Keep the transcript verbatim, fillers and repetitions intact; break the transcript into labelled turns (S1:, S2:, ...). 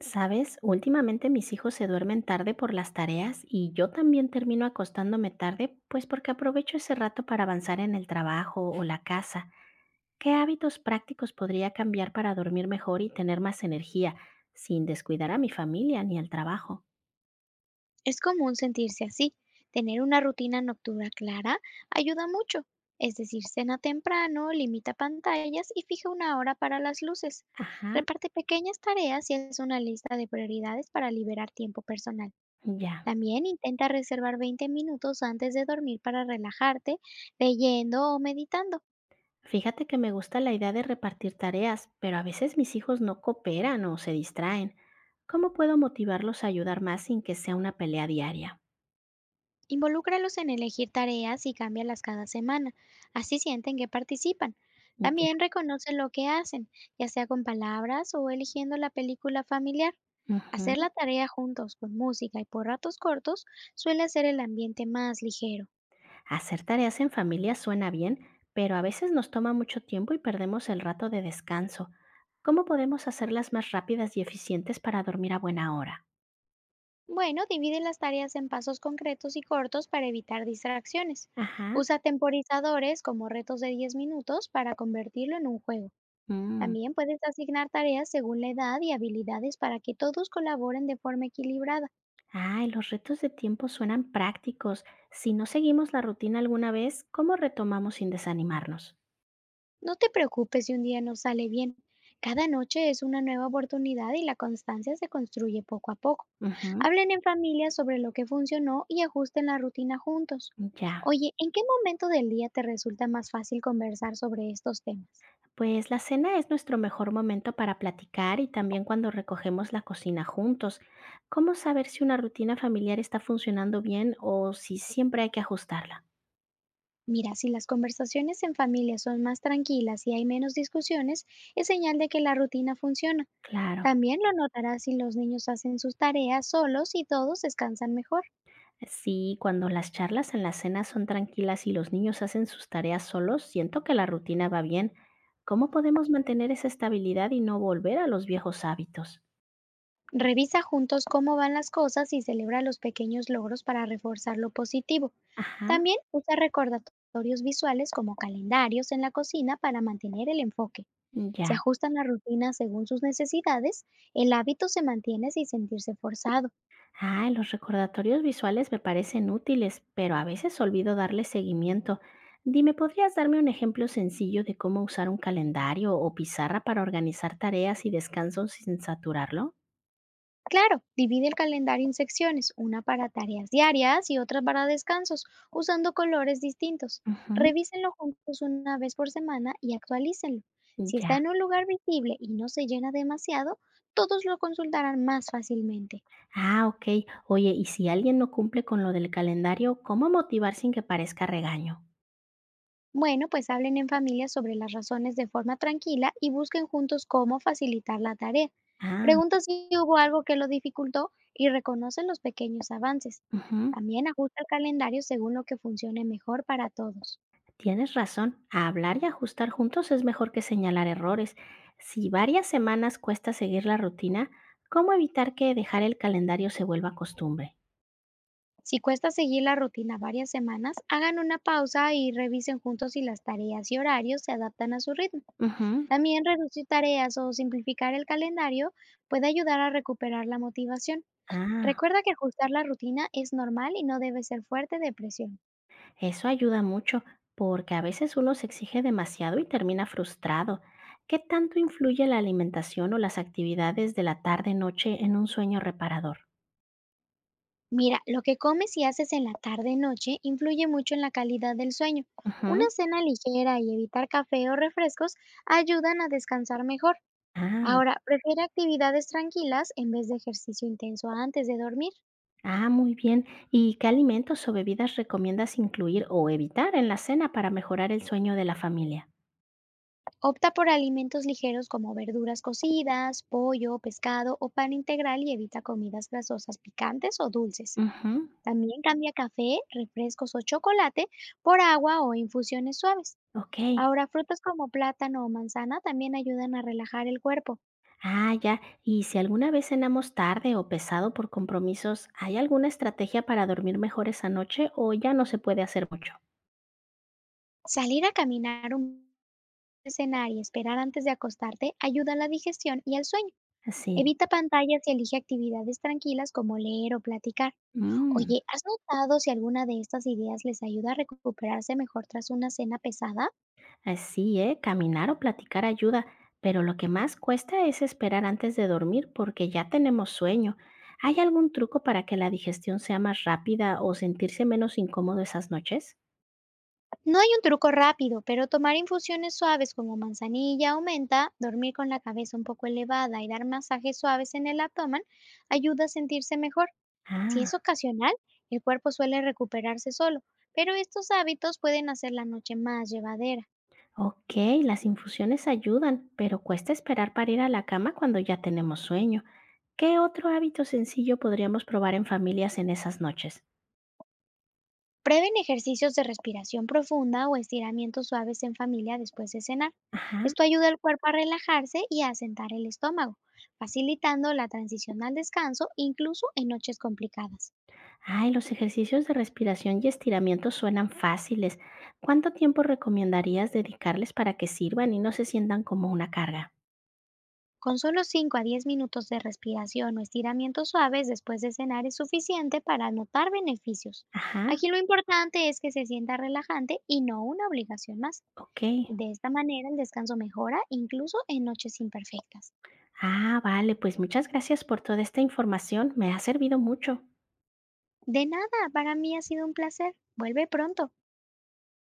S1: Sabes, últimamente mis hijos se duermen tarde por las tareas y yo también termino acostándome tarde, pues porque aprovecho ese rato para avanzar en el trabajo o la casa. ¿Qué hábitos prácticos podría cambiar para dormir mejor y tener más energía, sin descuidar a mi familia ni al trabajo?
S2: Es común sentirse así. Tener una rutina nocturna clara ayuda mucho. Es decir, cena temprano, limita pantallas y fija una hora para las luces.
S1: Ajá.
S2: Reparte pequeñas tareas y haz una lista de prioridades para liberar tiempo personal.
S1: Ya.
S2: También intenta reservar veinte minutos antes de dormir para relajarte, leyendo o meditando.
S1: Fíjate que me gusta la idea de repartir tareas, pero a veces mis hijos no cooperan o se distraen. ¿Cómo puedo motivarlos a ayudar más sin que sea una pelea diaria?
S2: Involúcralos en elegir tareas y cámbialas cada semana, así sienten que participan.
S1: Ya.
S2: También reconoce lo que hacen, ya sea con palabras o eligiendo la película familiar.
S1: Ujú.
S2: Hacer la tarea juntos con música y por ratos cortos suele hacer el ambiente más ligero.
S1: Hacer tareas en familia suena bien, pero a veces nos toma mucho tiempo y perdemos el rato de descanso. ¿Cómo podemos hacerlas más rápidas y eficientes para dormir a buena hora?
S2: Bueno, divide las tareas en pasos concretos y cortos para evitar distracciones.
S1: Ajá.
S2: Usa temporizadores como retos de diez minutos para convertirlo en un juego.
S1: Mm.
S2: También puedes asignar tareas según la edad y habilidades para que todos colaboren de forma equilibrada.
S1: Ay, los retos de tiempo suenan prácticos. Si no seguimos la rutina alguna vez, ¿cómo retomamos sin desanimarnos?
S2: No te preocupes si un día no sale bien. Cada noche es una nueva oportunidad y la constancia se construye poco a poco.
S1: Ujú.
S2: Hablen en familia sobre lo que funcionó y ajusten la rutina juntos.
S1: Ya.
S2: Oye, ¿en qué momento del día te resulta más fácil conversar sobre estos temas?
S1: Pues la cena es nuestro mejor momento para platicar y también cuando recogemos la cocina juntos. ¿Cómo saber si una rutina familiar está funcionando bien o si siempre hay que ajustarla?
S2: Mira, si las conversaciones en familia son más tranquilas y hay menos discusiones, es señal de que la rutina funciona.
S1: Claro.
S2: También lo notarás si los niños hacen sus tareas solos y todos descansan mejor.
S1: Sí, cuando las charlas en la cena son tranquilas y los niños hacen sus tareas solos, siento que la rutina va bien. ¿Cómo podemos mantener esa estabilidad y no volver a los viejos hábitos?
S2: Revisa juntos cómo van las cosas y celebra los pequeños logros para reforzar lo positivo.
S1: Ajá.
S2: También usa recordatorios visuales como calendarios en la cocina para mantener el enfoque. Si
S1: Ya.
S2: ajustan la rutina según sus necesidades, el hábito se mantiene sin sentirse forzado.
S1: Ah, los recordatorios visuales me parecen útiles, pero a veces olvido darle seguimiento. Dime, ¿podrías darme un ejemplo sencillo de cómo usar un calendario o pizarra para organizar tareas y descanso sin saturarlo?
S2: Claro, divide el calendario en secciones, una para tareas diarias y otra para descansos, usando colores distintos.
S1: Ujú.
S2: Revísenlo juntos una vez por semana y actualícenlo. Si está
S1: Ya.
S2: en un lugar visible y no se llena demasiado, todos lo consultarán más fácilmente.
S1: Ah, ok. Oye, ¿y si alguien no cumple con lo del calendario, cómo motivar sin que parezca regaño?
S2: Bueno, pues hablen en familia sobre las razones de forma tranquila y busquen juntos cómo facilitar la tarea.
S1: Ah.
S2: Pregunta si hubo algo que lo dificultó y reconocen los pequeños avances.
S1: Ujú.
S2: También ajusta el calendario según lo que funcione mejor para todos.
S1: Tienes razón, hablar y ajustar juntos es mejor que señalar errores. Si varias semanas cuesta seguir la rutina, ¿cómo evitar que dejar el calendario se vuelva costumbre?
S2: Si cuesta seguir la rutina varias semanas, hagan una pausa y revisen juntos si las tareas y horarios se adaptan a su ritmo.
S1: Ujú.
S2: También reducir tareas o simplificar el calendario puede ayudar a recuperar la motivación.
S1: Ah,
S2: Recuerda que ajustar la rutina es normal y no debe ser fuerte de presión.
S1: eso ayuda mucho, porque a veces uno se exige demasiado y termina frustrado. ¿Qué tanto influye la alimentación o las actividades de la tarde-noche en un sueño reparador?
S2: Mira, lo que comes y haces en la tarde-noche influye mucho en la calidad del sueño. Una
S1: Ujú.
S2: cena ligera y evitar café o refrescos ayudan a descansar mejor.
S1: Ah.
S2: Ahora, prefiere actividades tranquilas en vez de ejercicio intenso antes de dormir.
S1: Ah, muy bien. ¿Y qué alimentos o bebidas recomiendas incluir o evitar en la cena para mejorar el sueño de la familia?
S2: Opta por alimentos ligeros como verduras cocidas, pollo, pescado o pan integral y evita comidas grasosas picantes o dulces.
S1: Ujú.
S2: También cambia café, refrescos o chocolate por agua o infusiones suaves.
S1: Ok.
S2: Ahora, frutas como plátano o manzana también ayudan a relajar el cuerpo.
S1: Ah, ya. ¿Y si alguna vez cenamos tarde o pesado por compromisos, hay alguna estrategia para dormir mejor esa noche o ya no se puede hacer mucho?
S2: Salir a caminar un cenar y esperar antes de acostarte ayuda a la digestión y al sueño.
S1: Así.
S2: Evita pantallas y elige actividades tranquilas como leer o platicar.
S1: Mm.
S2: Oye, ¿has notado si alguna de estas ideas les ayuda a recuperarse mejor tras una cena pesada?
S1: Así, ¿eh? Caminar o platicar ayuda, pero lo que más cuesta es esperar antes de dormir porque ya tenemos sueño. ¿Hay algún truco para que la digestión sea más rápida o sentirse menos incómodo esas noches?
S2: No hay un truco rápido, pero tomar infusiones suaves como manzanilla o menta, dormir con la cabeza un poco elevada y dar masajes suaves en el abdomen ayuda a sentirse mejor. Si
S1: Ah,
S2: es ocasional, el cuerpo suele recuperarse solo, pero estos hábitos pueden hacer la noche más llevadera.
S1: ok, las infusiones ayudan, pero cuesta esperar para ir a la cama cuando ya tenemos sueño. ¿Qué otro hábito sencillo podríamos probar en familias en esas noches?
S2: Prueben ejercicios de respiración profunda o estiramientos suaves en familia después de cenar.
S1: Ajá.
S2: Esto ayuda al cuerpo a relajarse y a asentar el estómago, facilitando la transición al descanso incluso en noches complicadas.
S1: Ay, los ejercicios de respiración y estiramiento suenan fáciles. ¿Cuánto tiempo recomendarías dedicarles para que sirvan y no se sientan como una carga?
S2: Con solo cinco a diez minutos de respiración o estiramientos suaves después de cenar es suficiente para notar beneficios.
S1: Ajá.
S2: Aquí lo importante es que se sienta relajante y no una obligación más.
S1: Ok.
S2: De esta manera el descanso mejora incluso en noches imperfectas.
S1: Ah, vale, pues muchas gracias por toda esta información. Me ha servido mucho.
S2: De nada, para mí ha sido un placer. Vuelve pronto.